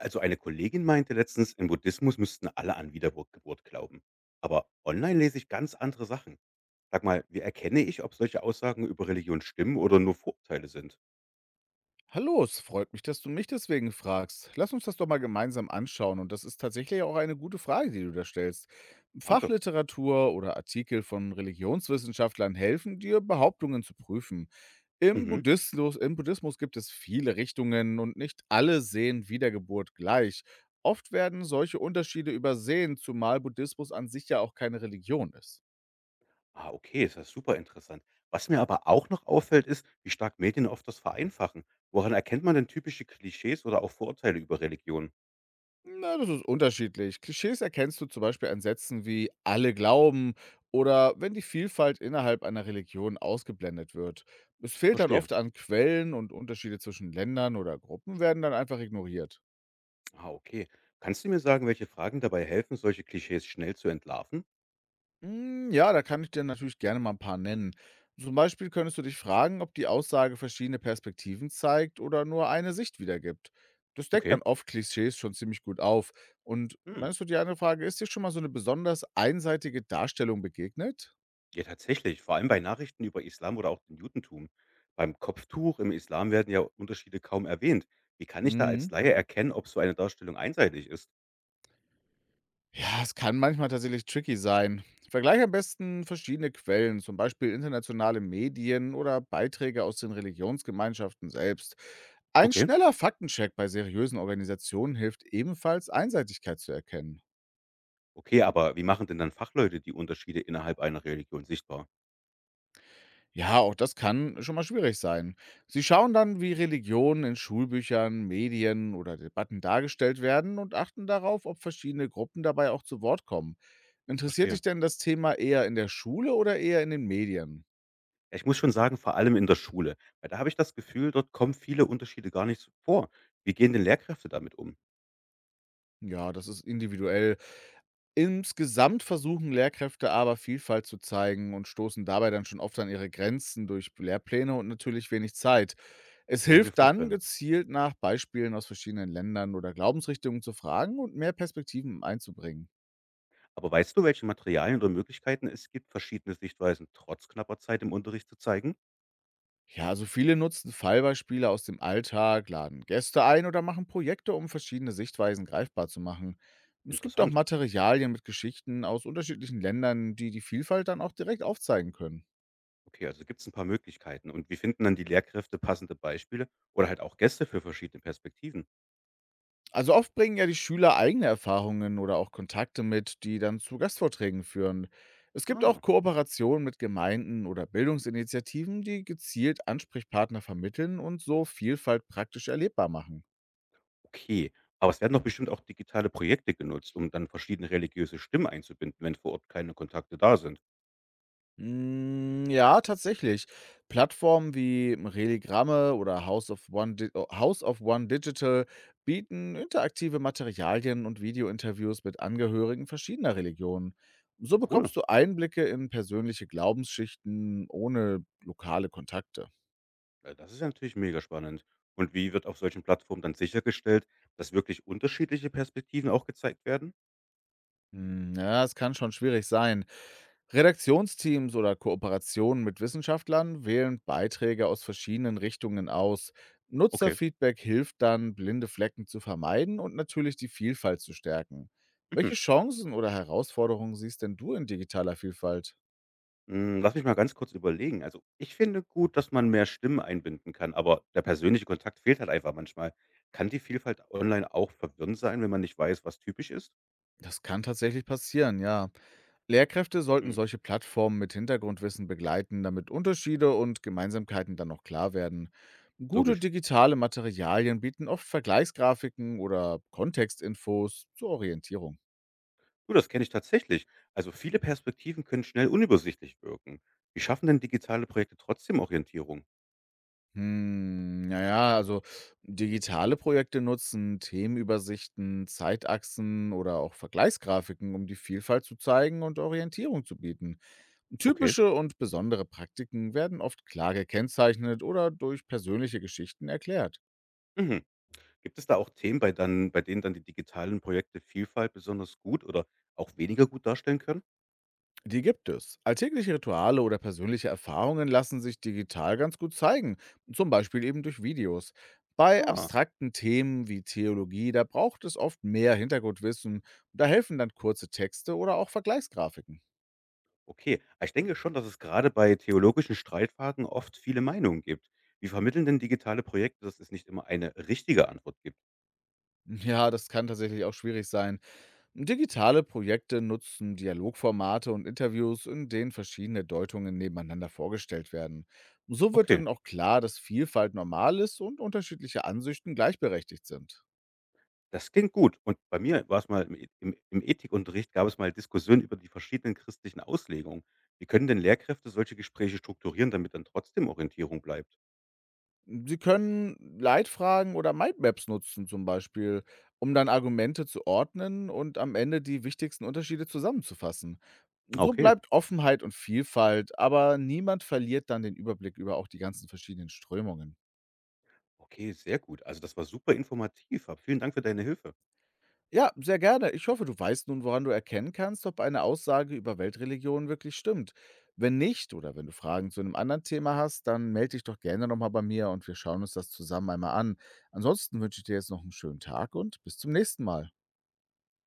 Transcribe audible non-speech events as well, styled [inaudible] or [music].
Also eine Kollegin meinte letztens, im Buddhismus müssten alle an Wiedergeburt glauben. Aber online lese ich ganz andere Sachen. Sag mal, wie erkenne ich, ob solche Aussagen über Religion stimmen oder nur Vorurteile sind? Hallo, es freut mich, dass du mich deswegen fragst. Lass uns das doch mal gemeinsam anschauen. Und das ist tatsächlich auch eine gute Frage, die du da stellst. Danke. Fachliteratur oder Artikel von Religionswissenschaftlern helfen dir, Behauptungen zu prüfen. Im Mhm. Buddhismus, Im Buddhismus gibt es viele Richtungen und nicht alle sehen Wiedergeburt gleich. Oft werden solche Unterschiede übersehen, zumal Buddhismus an sich ja auch keine Religion ist. Ah, okay, ist das super interessant. Was mir aber auch noch auffällt, ist, wie stark Medien oft das vereinfachen. Woran erkennt man denn typische Klischees oder auch Vorurteile über Religion? Na, das ist unterschiedlich. Klischees erkennst du zum Beispiel an Sätzen wie alle glauben, oder wenn die Vielfalt innerhalb einer Religion ausgeblendet wird. Es fehlt dann Verstehe. oft an Quellen und Unterschiede zwischen Ländern oder Gruppen werden dann einfach ignoriert. Ah, okay. Kannst du mir sagen, welche Fragen dabei helfen, solche Klischees schnell zu entlarven? Ja, da kann ich dir natürlich gerne mal ein paar nennen. Zum Beispiel könntest du dich fragen, ob die Aussage verschiedene Perspektiven zeigt oder nur eine Sicht wiedergibt. Das deckt Okay. dann oft Klischees schon ziemlich gut auf. Und Hm. dann ist so die andere Frage, ist dir schon mal so eine besonders einseitige Darstellung begegnet? Ja, tatsächlich, vor allem bei Nachrichten über Islam oder auch den Judentum. Beim Kopftuch im Islam werden ja Unterschiede kaum erwähnt. Wie kann ich da als Mhm. Laie erkennen, ob so eine Darstellung einseitig ist? Ja, es kann manchmal tatsächlich tricky sein. Vergleich am besten verschiedene Quellen, zum Beispiel internationale Medien oder Beiträge aus den Religionsgemeinschaften selbst. Ein Okay. schneller Faktencheck bei seriösen Organisationen hilft ebenfalls, Einseitigkeit zu erkennen. Okay, aber wie machen denn dann Fachleute die Unterschiede innerhalb einer Religion sichtbar? Ja, auch das kann schon mal schwierig sein. Sie schauen dann, wie Religionen in Schulbüchern, Medien oder Debatten dargestellt werden und achten darauf, ob verschiedene Gruppen dabei auch zu Wort kommen. Interessiert Verstehe. dich denn das Thema eher in der Schule oder eher in den Medien? Ja, ich muss schon sagen, vor allem in der Schule. Weil da habe ich das Gefühl, dort kommen viele Unterschiede gar nicht so vor. Wie gehen denn Lehrkräfte damit um? Ja, das ist individuell. Insgesamt versuchen Lehrkräfte aber Vielfalt zu zeigen und stoßen dabei dann schon oft an ihre Grenzen durch Lehrpläne und natürlich wenig Zeit. Es Das kann ich mir hilft dann, vorstellen. gezielt nach Beispielen aus verschiedenen Ländern oder Glaubensrichtungen zu fragen und mehr Perspektiven einzubringen. Aber weißt du, welche Materialien oder Möglichkeiten es gibt, verschiedene Sichtweisen trotz knapper Zeit im Unterricht zu zeigen? Ja, also viele nutzen Fallbeispiele aus dem Alltag, laden Gäste ein oder machen Projekte, um verschiedene Sichtweisen greifbar zu machen. Es gibt auch Interessant. Materialien mit Geschichten aus unterschiedlichen Ländern, die die Vielfalt dann auch direkt aufzeigen können. Okay, also gibt es ein paar Möglichkeiten. Und wie finden dann die Lehrkräfte passende Beispiele oder halt auch Gäste für verschiedene Perspektiven? Also oft bringen ja die Schüler eigene Erfahrungen oder auch Kontakte mit, die dann zu Gastvorträgen führen. Es gibt auch Ah, Kooperationen mit Gemeinden oder Bildungsinitiativen, die gezielt Ansprechpartner vermitteln und so Vielfalt praktisch erlebbar machen. okay. Aber es werden doch bestimmt auch digitale Projekte genutzt, um dann verschiedene religiöse Stimmen einzubinden, wenn vor Ort keine Kontakte da sind. Ja, tatsächlich. Plattformen wie Religramme oder House of One Digital bieten interaktive Materialien und Videointerviews mit Angehörigen verschiedener Religionen. Ah, So cool. bekommst du Einblicke in persönliche Glaubensschichten ohne lokale Kontakte. Ja, das ist ja natürlich mega spannend. Und wie wird auf solchen Plattformen dann sichergestellt, dass wirklich unterschiedliche Perspektiven auch gezeigt werden? Ja, es kann schon schwierig sein. Redaktionsteams oder Kooperationen mit Wissenschaftlern wählen Beiträge aus verschiedenen Richtungen aus. Okay. Nutzerfeedback hilft dann, blinde Flecken zu vermeiden und natürlich die Vielfalt zu stärken. Mhm. Welche Chancen oder Herausforderungen siehst denn du in digitaler Vielfalt? Hm, lass mich mal ganz kurz überlegen. Also, ich finde gut, dass man mehr Stimmen einbinden kann, aber der persönliche Kontakt fehlt halt einfach manchmal. Kann die Vielfalt online auch verwirrend sein, wenn man nicht weiß, was typisch ist? Das kann tatsächlich passieren, ja. Lehrkräfte sollten Hm, solche Plattformen mit Hintergrundwissen begleiten, damit Unterschiede und Gemeinsamkeiten dann noch klar werden. Gute logisch. digitale Materialien bieten oft Vergleichsgrafiken oder Kontextinfos zur Orientierung. Du, das kenne ich tatsächlich. Also, viele Perspektiven können schnell unübersichtlich wirken. Wie schaffen denn digitale Projekte trotzdem Orientierung? Also digitale Projekte nutzen Themenübersichten, Zeitachsen oder auch Vergleichsgrafiken, um die Vielfalt zu zeigen und Orientierung zu bieten. Okay. Typische und besondere Praktiken werden oft klar gekennzeichnet oder durch persönliche Geschichten erklärt. Mhm. Gibt es da auch Themen, bei denen dann die digitalen Projekte Vielfalt besonders gut oder auch weniger gut darstellen können? Die gibt es. Alltägliche Rituale oder persönliche Erfahrungen lassen sich digital ganz gut zeigen, zum Beispiel eben durch Videos. Bei Ah. abstrakten Themen wie Theologie, da braucht es oft mehr Hintergrundwissen, da helfen dann kurze Texte oder auch Vergleichsgrafiken. [laughs] Okay, aber ich denke schon, dass es gerade bei theologischen Streitfragen oft viele Meinungen gibt. Wie vermitteln denn digitale Projekte, dass es nicht immer eine richtige Antwort gibt? Ja, das kann tatsächlich auch schwierig sein. Digitale Projekte nutzen Dialogformate und Interviews, in denen verschiedene Deutungen nebeneinander vorgestellt werden. So wird Okay, dann auch klar, dass Vielfalt normal ist und unterschiedliche Ansichten gleichberechtigt sind. das klingt gut. Und bei mir war es mal im Ethikunterricht, gab es mal Diskussionen über die verschiedenen christlichen Auslegungen. Wie können denn Lehrkräfte solche Gespräche strukturieren, damit dann trotzdem Orientierung bleibt? Sie können Leitfragen oder Mindmaps nutzen zum Beispiel, um dann Argumente zu ordnen und am Ende die wichtigsten Unterschiede zusammenzufassen. Ah, So Okay, bleibt Offenheit und Vielfalt, aber niemand verliert dann den Überblick über auch die ganzen verschiedenen Strömungen. okay, sehr gut. Also das war super informativ. Hab vielen Dank für deine Hilfe. Ja, sehr gerne. Ich hoffe, du weißt nun, woran du erkennen kannst, ob eine Aussage über Weltreligionen wirklich stimmt. Wenn nicht oder wenn du Fragen zu einem anderen Thema hast, dann melde dich doch gerne nochmal bei mir und wir schauen uns das zusammen einmal an. Ansonsten wünsche ich dir jetzt noch einen schönen Tag und bis zum nächsten Mal.